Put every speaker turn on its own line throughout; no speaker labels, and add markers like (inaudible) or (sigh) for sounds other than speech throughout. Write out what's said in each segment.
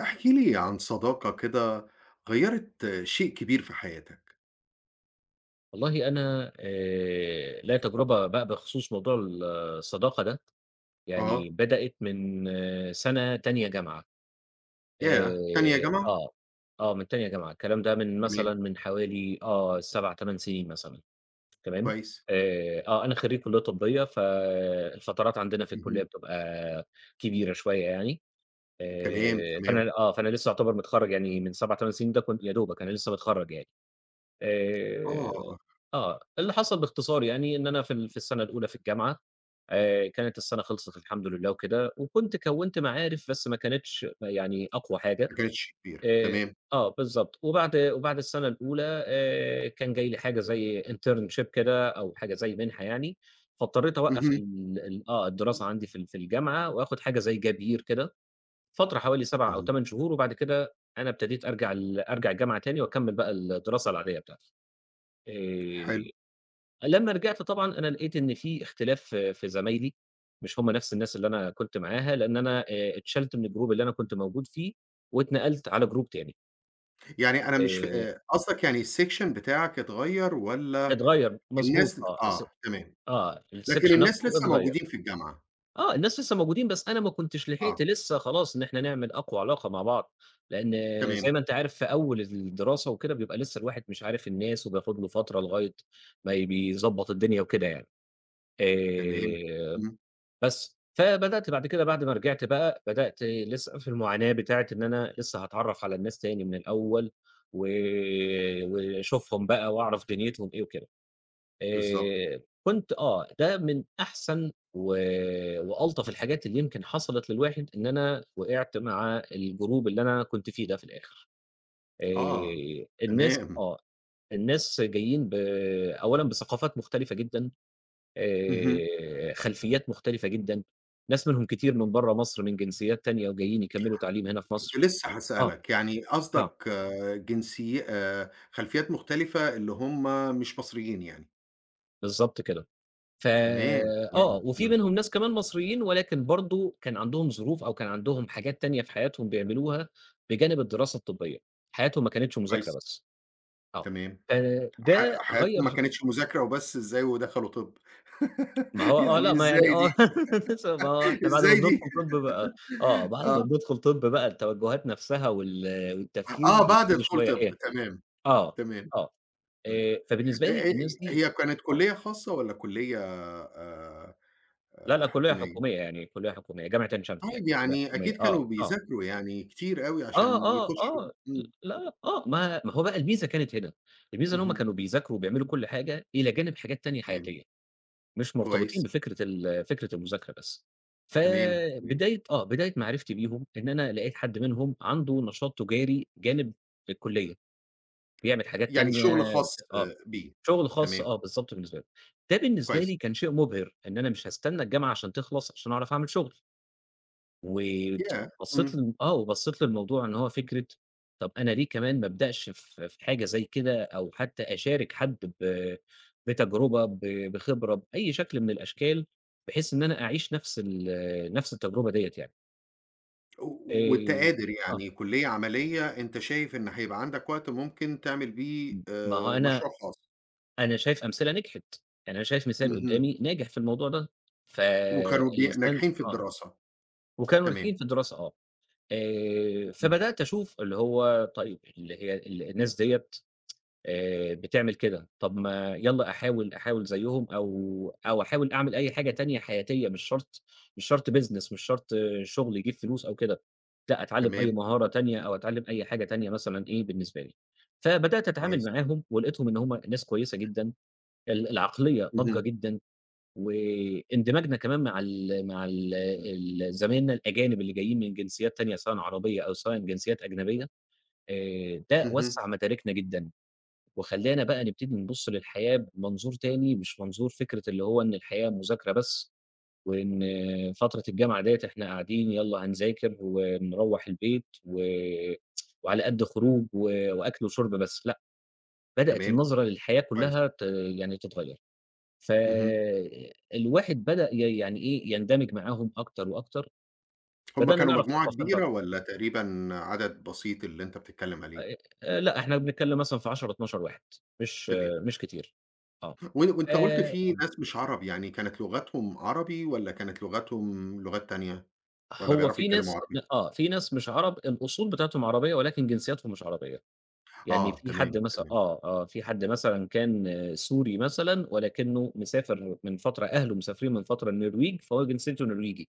احكِ لي عن صداقة كده غيّرت شيء كبير في حياتك.
والله أنا ليّا تجربة بقى بخصوص موضوع الصداقة ده،
آه،
يعني بدأت من سَنة تانية جامعة.
ياه! تانية
آآ
جامعة؟
آه، آه، من تانية جامعة، الكلام ده من
تمام،
مثلًا من حوالي 7، 8 سنين مثلًا. تمام.
كويس،
أنا خرّيج كلية طبية، فالفترات عندنا في الكلية
اهم،
بتبقى كبيرة شوية يعني.
تمام،
آآ
تمام،
فأنا آه فأنا لسه أعتبر متخرّج يعني من 7، 8 سنين. ده كنت يا دوبك أنا لسه متخرّج يعني. آآ
آه،
اللي حصل باختصار يعني إن أنا في السنة الأولى في الجامعة، كانت السنة خلصت الحمد لله وكده، وكنت كوّنت معارف، بس ما كانتش يعني أقوى حاجة.
ما كانتش كبيرة،
آآ
تمام،
بالضبط. وبعد السنة الأولى كان جاي لي حاجة زي internship كده، أو حاجة زي مِنحة يعني. فاضطريت أوقّف
اهم،
ال ال آه، الدراسة عندي في الجامعة، وآخُد حاجة زي gap year كده، فترة حوالي 7 أو
تمام،
8 شهور. وبعد كده أنا ابتديت أرجع الجامعة تاني، وأكمّل بقى الدراسة العادية بتاعتي.
حلو،
آآ لمّا رجعت طبعًا أنا لقيت إن في اختلاف في زمايلي، مش هم نفس الناس اللي أنا كنت معاها، لإن أنا اتشالت من الجروب اللي أنا كنت موجود فيه، واتنقلت على جروب تاني.
يعني أنا مش ف
آآ
قصدك يعني الsection بتاعك اتغيّر والّا
اتغيّر، مضبوط.
الناس؟
آه،
آه،
الس
تمام،
آه،
لكن
الsection
الناس
نفسه
لسه
اتغيّر.
موجودين في الجامعة،
آه، الناس لسه موجودين، بس أنا ما كنتش
آه،
لحقت لسه خلاص إن إحنا نعمل أقوى علاقة مع بعض، لإن
تمام،
زي ما أنت عارف في أول الدراسة وكده بيبقى لسه الواحد مش عارف الناس، وبياخد له فترة لغاية ما بيضبّط الدنيا وكده يعني.
تمام،
آآ
إمم،
بس، فبدأت بعد كده بعد ما رجعت بقى، بدأت لسه في المعاناة بتاعة إن أنا لسه هاتعرّف على الناس تاني من الأول، و واشوفهم بقى واعرف دنيتهم إيه وكده.
بالضبط،
كنت آه، ده من أحسن وألطف الحاجات اللي يمكن حصلت للواحد، إن أنا وقعت مع الجروب اللي أنا كنت فيه ده في الآخر.
آه،
آآ، الناس
تمام،
آه، الناس جايين ب أولًا بثقافات مختلفة جدًا،
(laughs) اهم.
خلفيات مختلفة جدًا، ناس منهم كتير من برّه مصر من جنسيات تانية، وجايين يكمّلوا تعليم هنا في
كنت
مصر.
لسه
آه،
هاسألك، يعني
آه،
قصدك آه، جنسي خلفيات مختلفة اللي هم مش مصريين يعني،
بالضبط كده. ف
تمام، تمام،
آه، وفي
إمم،
منهم ناس كمان مصريين، ولكن برضه كان عندهم ظروف أو كان عندهم حاجات تانية في حياتهم بيعملوها بجانب الدراسة الطبية، حياتهم ما كانتش مذاكرة
كويس،
بس. آه،
تمام،
فده
حياتهم ما
غيّر.
كانتش مذاكرة وبس إزاي ودخلوا طِب؟ (laughs)
ما هو آه،
يعني
لأ، ما يعني
إزاي دي،
آه (laughs) لسه، ما هو إحنا بعد ما
إزاي دي؟
بندخل طب بقى، آه، بعد ما
آه،
بندخل طب بقى التوجهات نفسها وال والتفكير
آه بعد
بيبتدي
دخول
شوية إيه.
طِب، تمام،
آه،
تمام،
آه،
تمام،
فبالنسبة
آآ،
لي
آآ،
الناس دي
هي كانت
آه.
كلية خاصة والّا كلية
لا، لأ، كلية
حكومية؟
حكومية يعني، كلية حكومية، جامعة عين شمس يعني
طيب
كلية
يعني
حكومية.
أكيد
آه،
كانوا
آه،
بيذاكروا يعني كتير أوي
آه،
عشان
آه،
يخشوا.
آه.
إمم،
لأ، آه، ما ما هو بقى الميزة كانت هنا، الميزة إن هم
اهم،
كانوا بيذاكروا وبيعملوا كل حاجة إلى جانب حاجات تانية
تمام.
حياتية، مش مرتبطين
كويس،
بفكرة فكرة المذاكرة بس.
تمام، تمام.
فبداية بداية معرفتي بيهم إن أنا لقيت حد منهم عنده نشاط تجاري جانب الكلية. بيعمل حاجات
يعني
تانية.
شغل خاص
ف آه،
آه، بيه.
شغل خاص،
تمام،
آه، بالضبط بالنسبة له. ده بالنسبة
كويس.
لي كان شيء مُبهِر، إن أنا مش هاستنى الجامعة عشان تخلص عشان أعرف أعمل شغل.
ياه!
وبصّيت
إمم.
لل آه، وبصّيت للموضوع إن هو فكرة طَب أنا ليه كمان ما أبدأش في حاجة زي كده، أو حتى أشارك حد ب بتجربة، ب بخبرة، بأي شكل من الأشكال، بحيث إن أنا أعيش نفس التجربة ديّة يعني. آآ
و وأنت قادر
آه،
يعني كلية عملية، أنت شايف إن هيبقى عندك وقت ممكن تعمل بيه
ما هو أنا،
مشروع خاص.
أنا شايف أمثلة نجحت، يعني أنا شايف مثال
اهم.
قدّامي ناجح في الموضوع ده.
وكانوا
فالإنسان
ناجحين في
آه،
الدراسة.
وكانوا ناجحين
تمام،
في الدراسة. آه،
اهم،
فبدأت أشوف اللي هو طيب اللي هي الناس ديّة بتعمل كده. طب ما يالّا أحاول زيّهم، أو أو أحاول أعمل أي حاجة تانية حياتية، مش شرط، مش شرط business، مش شرط شغل يجيب فلوس أو كده، لأ، أتعلّم أي
تمام،
مهارة تانية أو أتعلّم أي حاجة تانية مثلًا إيه بالنسبة لي. فبدأت أتعامل
كويس.
معاهم ولقيتهم إن هُم ناس كويسة جدًا، العقلية ناضجة
اهم،
جدًا، واندماجنا كمان مع ال مع ال ال زمايلنا الأجانب اللي جايين من جنسيات تانية، سواءً عربية أو سواءً جنسيات أجنبية، ده
اهم،
وسّع مداركنا جدًا، وخلّانا بقى نبتدي نبُص للحياة بمنظور تاني، مش منظور فكرة اللي هو إن الحياة مذاكرة بس، وإن فترة الجامعة ديّة إحنا قاعدين يالّا هنذاكر ونروّح البيت، وعلى قد خروج وأكل وشرب بس، لأ، بدأت
تمام،
النظرة للحياة
كويس.
كلّها ت يعني تتغيّر.
اهم.
فالواحد بدأ ي يعني إيه، يندمج معاهم أكتر وأكتر،
هم
بدأنا
كانوا
نعرف
مجموعة
ثقافات
كبيرة
بعض.
والّا تقريبًا عدد بسيط اللي أنت بتتكلم عليه؟
لأ، إحنا بنتكلّم مثلًا في 10، 12 واحد، مش
تمام.
آه، مش كتير. آه.
و وأنت قُلت
آآ،
في ناس مش عرب، يعني كانت لغتهم عربي والّا كانت لغتهم لغات تانية والّا
هو
بيعرفوا
في
يتكلموا
ناس
عربي؟
آه، في ناس مش عرب، الأصول بتاعتهم عربية ولكن جنسياتهم مش عربية. يعني
آه،
في حد
تمام،
مثلًا،
تمام،
آه، آه، في حد مثلًا كان، آه، سوري مثلًا، ولكنه مسافر من فترة، أهله مسافرين من فترة النرويج، فهو جنسيته نرويجي،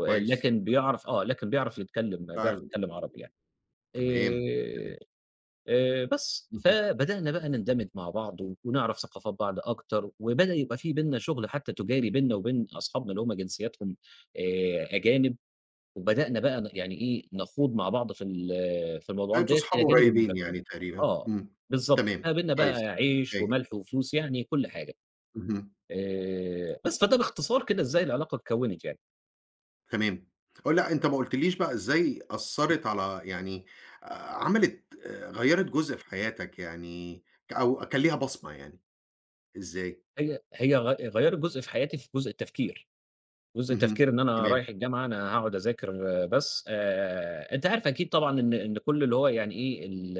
كويس.
بيعرف، آه، لكن بيعرف يتكلّم، بيعرف
لأ،
يتكلّم عربي يعني.
تمام،
آآ،
تمام.
بس،
اهم.
فبدأنا بقى نندمج مع بعض و ونعرف ثقافات بعض أكتر، وبدأ يبقى في بيننا شغل حتى تجاري بيننا وبين أصحابنا اللي هم جنسياتهم أجانب، وبدأنا بقى ن يعني إيه، نخوض مع بعض في الموضوعات
لقيتوا
ديّة
صحاب
إلى جانب
قريبين
المذاكرة.
يعني تقريبًا.
آه،
إمم.
بالضبط،
تمام،
إحنا بيننا بقى
كويس،
عيش
هايل.
وملح وفلوس، يعني كل حاجة.
اهم،
بس فده باختصار كده إزاي العلاقة اتكوّنت يعني.
تمام. آه، لأ أنت ما قُلتليش بقى إزاي أثّرت على يعني آآ عملت غيّرت جزء في حياتك يعني أو كان ليها بصمة يعني، إزاي؟
هي غيّرت جزء في حياتي في جزء التفكير. جزء
اهم،
التفكير إن أنا
تمام.
رايح الجامعة، أنا هاقعد أذاكر بس. أنت عارف أكيد طبعًا إن كل اللي هو يعني إيه، ال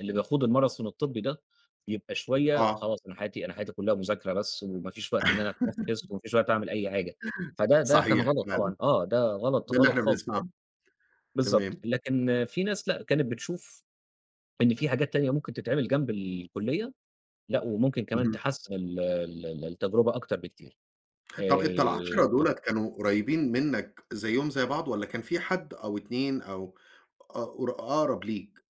اللي بيخوض الماراثون الطبّي ده، بيبقى شوية
آه،
خلاص، أنا حياتي، أنا حياتي كلّها مذاكرة بس، وما فيش وقت إن أنا أتنفّس، وما فيش وقت أعمل أي حاجة. فده كان
صحيح
غلط
فعلًا،
طبعًا، آه، ده غلط،
ده اللي
غلط
إحنا
خالص
بنسمعه.
يعني. بالضبط،
تمام.
لكن في ناس لأ، كانت بتشوف إن في حاجات تانية ممكن تتعمل جنب الكلية، لأ، وممكن كمان
اهم.
تحسّن ال ال التجربة أكتر بكتير.
طب أنت
آآ
ال10
آه.
دُولة كانوا قريبين منّك زيّهم زي بعض والّا كان في حد أو 2 أو أ قر أقرب ليك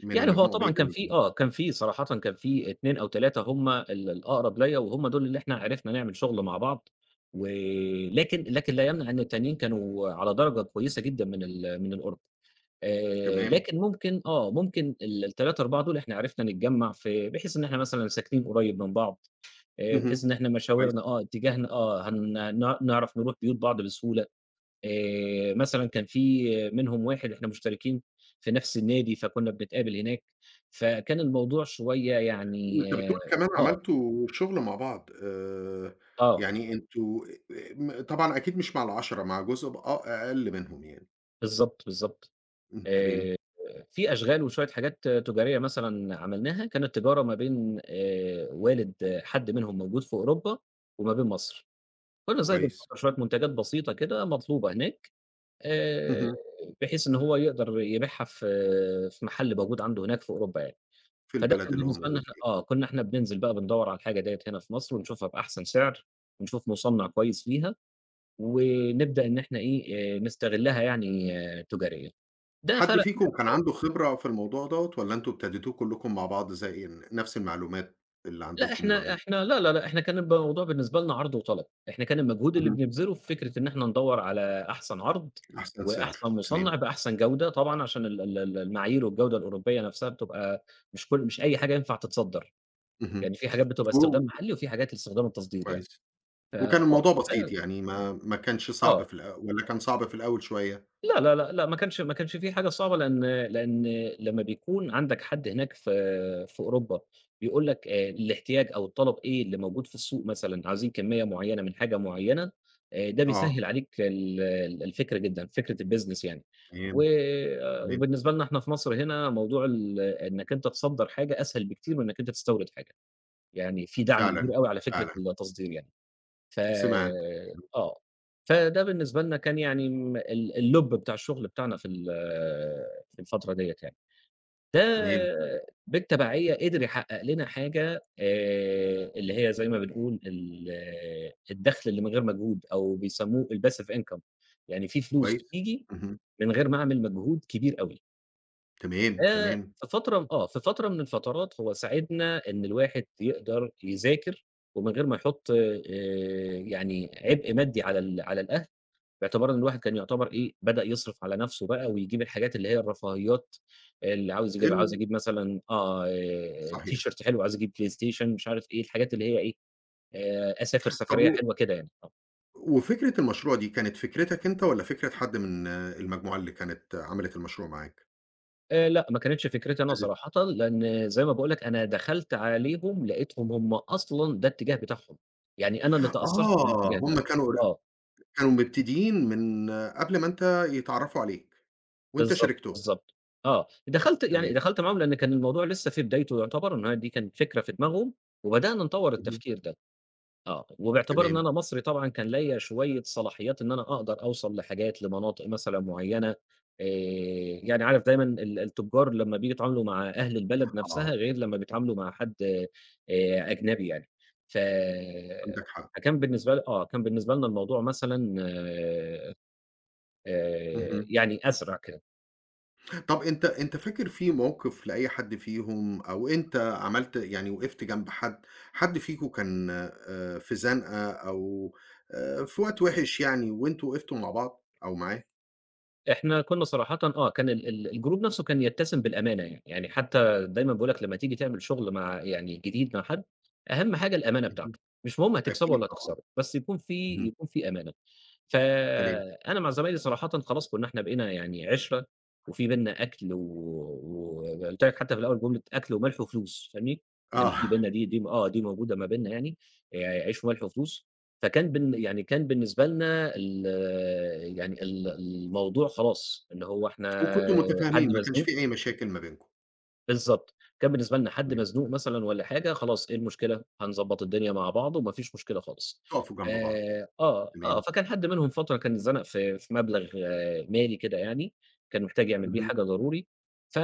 من
يعني هو
المجموع
طبعًا
بقية
كان في،
المجموع؟
آه، كان في صراحةً كان في 2 أو 3 هم الأقرب ليّا، وهم دول اللي إحنا عرفنا نعمل شغل مع بعض، لكن لا يمنع إن التانيين كانوا على درجة كويسة جدًا من القرب.
تمام.
لكن ممكن آه، ممكن ال ال3، 4 دول إحنا عرفنا نتجمّع في، بحيث إن إحنا مثلًا ساكنين قريب من بعض، بحيث
اهم.
إن إحنا مشاورنا،
كويس.
آه، اتجاهنا، آه، هن نع نعرف نروح بيوت بعض بسهولة. مثلًا كان في منهم واحد إحنا مشتركين في نفس النادي، فكُنّا بنتقابل هناك، فكان الموضوع شوية يعني.
وأنت
آه،
بتقول كمان
آه،
عملتوا شغل مع بعض. آآ،
آه،
يعني أنتم م طبعًا أكيد مش مع ال10 مع جزء ب أ أقل منهم يعني.
بالضبط، بالضبط.
إمم، تمام،
آآ في أشغال وشوية حاجات تجارية مثلًا عملناها، كانت تجارة ما بين والد حد منهم موجود في أوروبا وما بين مصر. كُنّا زي
كويس.
بنصدّر شوية منتجات بسيطة كده مطلوبة هناك. آآ
اهم.
بحيث إن هو يقدر يبيعها في محل موجود عنده هناك في أوروبا يعني.
في
فده
البلد
كان
اللي هو
بالنسبة لنا
موجود
إحنا،
فيها.
آه، كُنّا إحنا بننزل بقى بندوّر على الحاجة ديّة هنا في مصر، ونشوفها بأحسن سعر، ونشوف مُصنّع كويس ليها، ونبدأ إن إحنا إيه، نستغلّها يعني، آه، تجاريًا. ده
حد
فرق.
فيكم كان عنده خبرة في الموضوع دوّة والّا أنتم ابتديتوه كلّكم مع بعض زي نفس المعلومات اللي
لأ
عندكم
إحنا إحنا لا، لا، لأ، إحنا كان الموضوع بالنسبة لنا عرض وطلب، إحنا كان المجهود اللي
اهم،
بنبذله في فكرة إن إحنا ندوّر على أحسن عرض،
أحسن
وأحسن
سعر،
مُصنّع
تمام،
بأحسن جودة، طبعًا عشان ال ال ال المعايير والجودة الأوروبية نَفْسها بتبقى، مش كل، مش أي حاجة ينفع تتصدّر،
اهم،
يعني في حاجات بتبقى
و
استخدام محلي، وفي حاجات لاستخدام التصدير يعني.
كويس،
ف
وكان
آه،
الموضوع
ف
بسيط يعني ما كانش صعب
آه.
في والّا كان صعب في الأول شوية؟
لا، لا، لأ، لأ، ما كانش ما كانش في حاجة صعبة، لأن لمّا بيكون عندك حد هناك في في أوروبا بيقول لك، الاحتياج أو الطلب إيه اللي موجود في السوق مثلًا، عايزين كمية معيّنة من حاجة معيّنة، ده بيسهّل
آه،
عليك الفكرة جدًا، فكرة الbusiness يعني.
تمام،
و آه،
تمام،
وبالنسبة لنا إحنا في مصر هنا، موضوع ال إنّك أنت تصدّر حاجة أسهل بكتير من إنّك أنت تستورد حاجة، يعني في دعم
فعلًا،
كبير أوي على فكرة
فعلًا،
التصدير يعني. ف
سمعت،
آه. فده بالنسبة لنا كان يعني م الLob بتاع الشغل بتاعنا في الفترة ديّة يعني. ده
تمام،
بالتبعية قدر يحقق لنا حاجة، اللي هي زي ما بنقول الدخل اللي من غير مجهود، أو بيسموه الpassive income. يعني في فلوس
كويس،
بتيجي
اهم،
من غير ما أعمل مجهود كبير أوي.
تمام،
آآ
تمام،
في فترة، آه، في فترة من الفترات هو ساعدنا إن الواحد يقدر يذاكر، ومن غير ما يحُط يعني عبء مادي على الأهل، باعتبار إن الواحد كان يعتبر إيه، بدأ يصرف على نَفْسه بقى، ويجيب الحاجات اللي هي الرفاهيات، اللي عاوز يجيبها، عاوز
ال
أجيب مثلًا، آه،
صحيح،
تيشيرت حلو، عاوز أجيب PlayStation مش عارف إيه، الحاجات اللي هي إيه، أسافر
طب
سفرية
و
حلوة كده يعني، آه.
وفكرة المشروع دي كانت فكرتك أنت والّا فكرة حد من المجموعة اللي كانت عملت المشروع معاك؟
لأ، ما كانتش فكرتي أنا
ابتدت
صراحةً، لأن زي ما باقول لك أنا دخلت عليهم لقيتهم هم أصلًا ده الاتجاه بتاعهم، يعني أنا اللي تأثّرت
آه،
بالاتجاه ده.
هم كانوا
آه،
كانوا مبتدئين من قبل ما أنت يتعرّفوا عليك، وأنت
بالضبط،
شاركتهم،
بالضبط. آه، دخلت يعني
تمام،
دخلت معاهم، لأن كان الموضوع لسه في بدايته يعتبر، إن هي دي كانت فكرة في دماغهم، وبدأنا نطوّر
اهم،
التفكير ده. آه، وباعتبار إن
تمام،
أنا مصري طبعًا، كان ليّا شوية صلاحيات إن أنا أقدر أوصل لحاجات، لمناطق مثلًا معيّنة. آآ، يعني عارف دايمًا التجار لمّا بييجوا يتعاملوا مع أهل البلد نفسها
آه،
غير لمّا بيتعاملوا مع حد، أجنبي يعني. ف
عندك حق،
فكان بالنسبة لي، آه، كان بالنسبة لنا الموضوع مثلًا،
اهم.
يعني أزرق كده.
طَب أنت أنت فاكر في موقف لأي حد فيهم أو أنت عملت يعني وقفت جنب حد، حد فيكم كان في زنقة أو في وقت وِحِش يعني وأنتم وقفتوا مع بعض أو معاه؟
إحنا كُنّا صراحةً، آه، كان ال ال الجروب نَفْسه كان يتّسم بالأمانة يعني، يعني حتى دايمًا باقول لك لمّا تيجي تعمل شُغل مع، يعني جديد مع حد، أهَم حاجة الأمانة بتاعته،
اهم،
مش مهم هتكسبه
أكيد
والّا
طبعًا،
هتخسره، بس يكون في
اهم،
يكون في أمانة.
تمام،
فأنا مع زمايلي صراحةً خلاص كُنّا إحنا بقينا يعني عِشرة، وفي بيننا أكْل و، وقُلت لك حتى في الأول جملة أكْل وملح وفلوس فاهمني، يعني في
آه،
بيننا دي موجودة ما بيننا يعني، عيش وملح وفلوس. فكان بن يعني كان بالنسبة لنا ال، يعني الموضوع خلاص، اللي هو إحنا
وكنتم
حد
متفاهمين ما كانش
مزنوق.
في أي مشاكل ما بينكم،
بالضبط. كان بالنسبة لنا حد
تمام،
مزنوق مثلًا والّا حاجة، خلاص إيه المشكلة، هنضبّط الدنيا مع بعض وما فيش مشكلة خالص.
تقفوا جنب بعض،
آه،
تمام.
فكان حد منهم فترة كان اتزنق في مبلغ، آه، مالي كده يعني، كان محتاج يعمل بيه
اهم.
حاجة ضروري، ف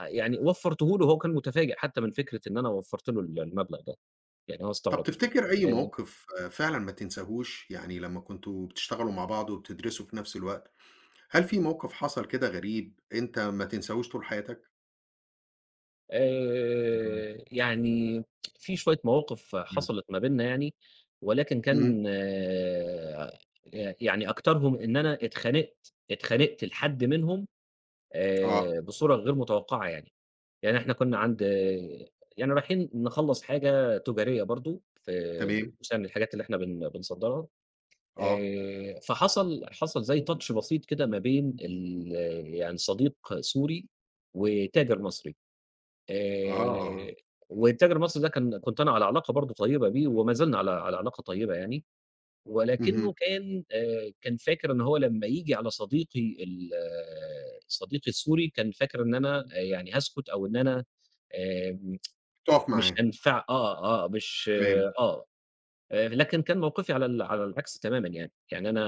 يعني وفّرته له، وهو كان متفاجئ حتى من فكرة إن أنا وفّرت له المبلغ ده، يعني هو
طب
استغرب.
تفتكر أي
آآ
موقف آه، فعلًا ما تنساهوش؟ يعني لمّا كنتم بتشتغلوا مع بعض وبتدرسوا في نفس الوقت، هل في موقف حصل كده غريب أنت ما تنساهوش طول حياتك؟ اهم،
يعني في شوية مواقف
إمم،
حصلت ما بيننا يعني، ولكن
إمم،
كان ي يعني أكترهم إن أنا اتخانقت، اتخانقت لحد منهم
آه،
بصورة غير متوقعة يعني. يعني إحنا كنا عند، يعني رايحين نخلّص حاجة تجارية برضه في
تمام،
مثلًا الحاجات اللي إحنا بن بنصدّرها.
آه،
فحصل، حصل زي touch بسيط كده ما بين ال، يعني صديق سوري وتاجر مصري.
آه،
آآ والتاجر المصري ده كان، كنت أنا على علاقة برضه طيبة بيه، وما زلنا على على علاقة طيبة يعني،
اهم،
ولكنه كان، كان فاكر إن هو لمّا ييجي على صديقي السوري، كان فاكر إن أنا، يعني هاسكت، أو إن أنا، آآ
تُقف
مش
معاه،
هانفع آه، آه، مش
تمام،
آه، لكن كان موقفي على على العكس تمامًا يعني، يعني أنا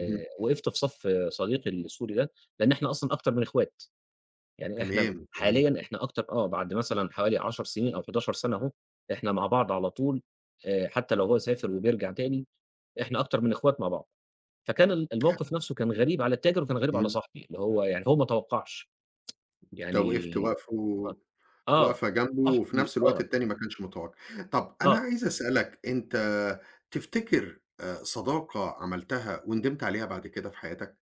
اهم،
وقفت في صف صديقي السوري ده، لإن إحنا أصلًا أكتر من إخوات. يعني إحنا
تمام، تمام،
حاليًا إحنا أكتر، آه، بعد مثلًا حوالي 10 سنين أو 11 سنة أهو، إحنا مع بعض على طول. حتى لو هو سافر وبيرجع تاني، إحنا أكتر من إخوات مع بعض. فكان الموقف نفسه كان غريب على التاجر، وكان غريب على
إمم،
صاحبي، اللي هو يعني هو ما توقعش.
أنت وقفت
يعني، آه، آه،
واقفة جنبه وفي
صاحبي،
نفس الوقت
آه،
التاني ما كانش متوقع. طب أنا
آه.
عايز أسألك، أنت تفتكر صداقة عملتها وندمت عليها بعد كده في حياتك؟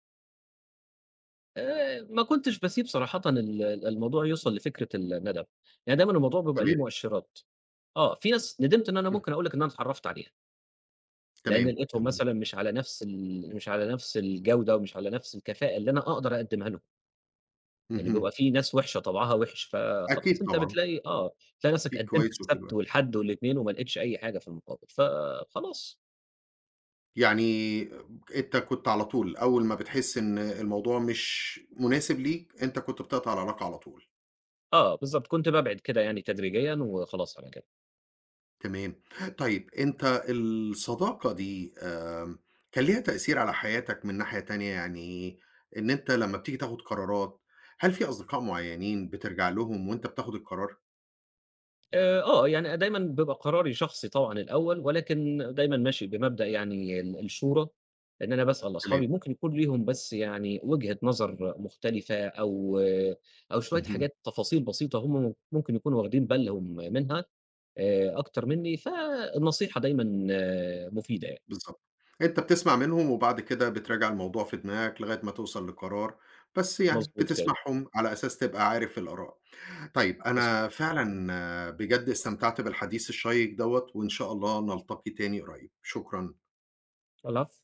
ما كنتش باسيب صراحةً الموضوع يوصل لفكرة الندم، يعني دايمًا الموضوع بيبقى ليه
تمام.
مؤشرات. آه، في ناس ندمت إن أنا
اهم.
ممكن أقول لك إن أنا اتعرّفت عليها. لإن
تمام،
لقيتهم
تمام.
مثلًا مش على نفس ال، مش على نفس الجودة ومش على نفس الكفاءة اللي أنا أقدر أقدّمها لهم، يعني بيبقى
اهم.
في ناس وِحشة طبعها وِحِش، فخلاص
أكيد
أنت
طبعًا،
بتلاقي، آه، بتلاقي
في
نفسك قدّمت
الكويس وفي
السبت
الوحِش.
والحد والاتنين وما لقيتش أي حاجة في المقابل، فخلاص.
يعني أنت كنت على طول أول ما بتحس إن الموضوع مش مناسب ليك، أنت كنت بتقطع العلاقة على طول.
آه، بالضبط، كنت بابعد كده يعني تدريجيًا، وخلاص على كده.
تمام. طيب أنت الصداقة دي كان ليها تأثير على حياتك من ناحية تانية؟ يعني إن أنت لمّا بتيجي تاخُد قرارات، هل في أصدقاء معيّنين بترجع لهم وأنت بتاخُد القرار؟
يعني دايمًا بيبقى قراري شخصي طبعًا الأول، ولكن دايمًا ماشي بمبدأ يعني الشورى، إن أنا باسأل
تمام.
أصحابي، ممكن يكون ليهم بس يعني وجهة نظر مختلفة، أو آه، أو شوية
اهم.
حاجات تفاصيل بسيطة هم ممكن يكونوا واخدين بالهم منها أكتر منّي، فالنصيحة دايمًا آه، مفيدة يعني.
بالضبط. أنت بتسمع منهم وبعد كده بتراجع الموضوع في دماغك لغاية ما توصل لقرار، بس يعني
مضبوط كده،
بتسمعهم على أساس تبقى عارف الآراء. طيب
مضبوط.
أنا فعلًا آه، بجد استمتعت بالحديث الشيّق دوّة وإن شاء الله نلتقي تاني قريب. شكرًا.
العفو.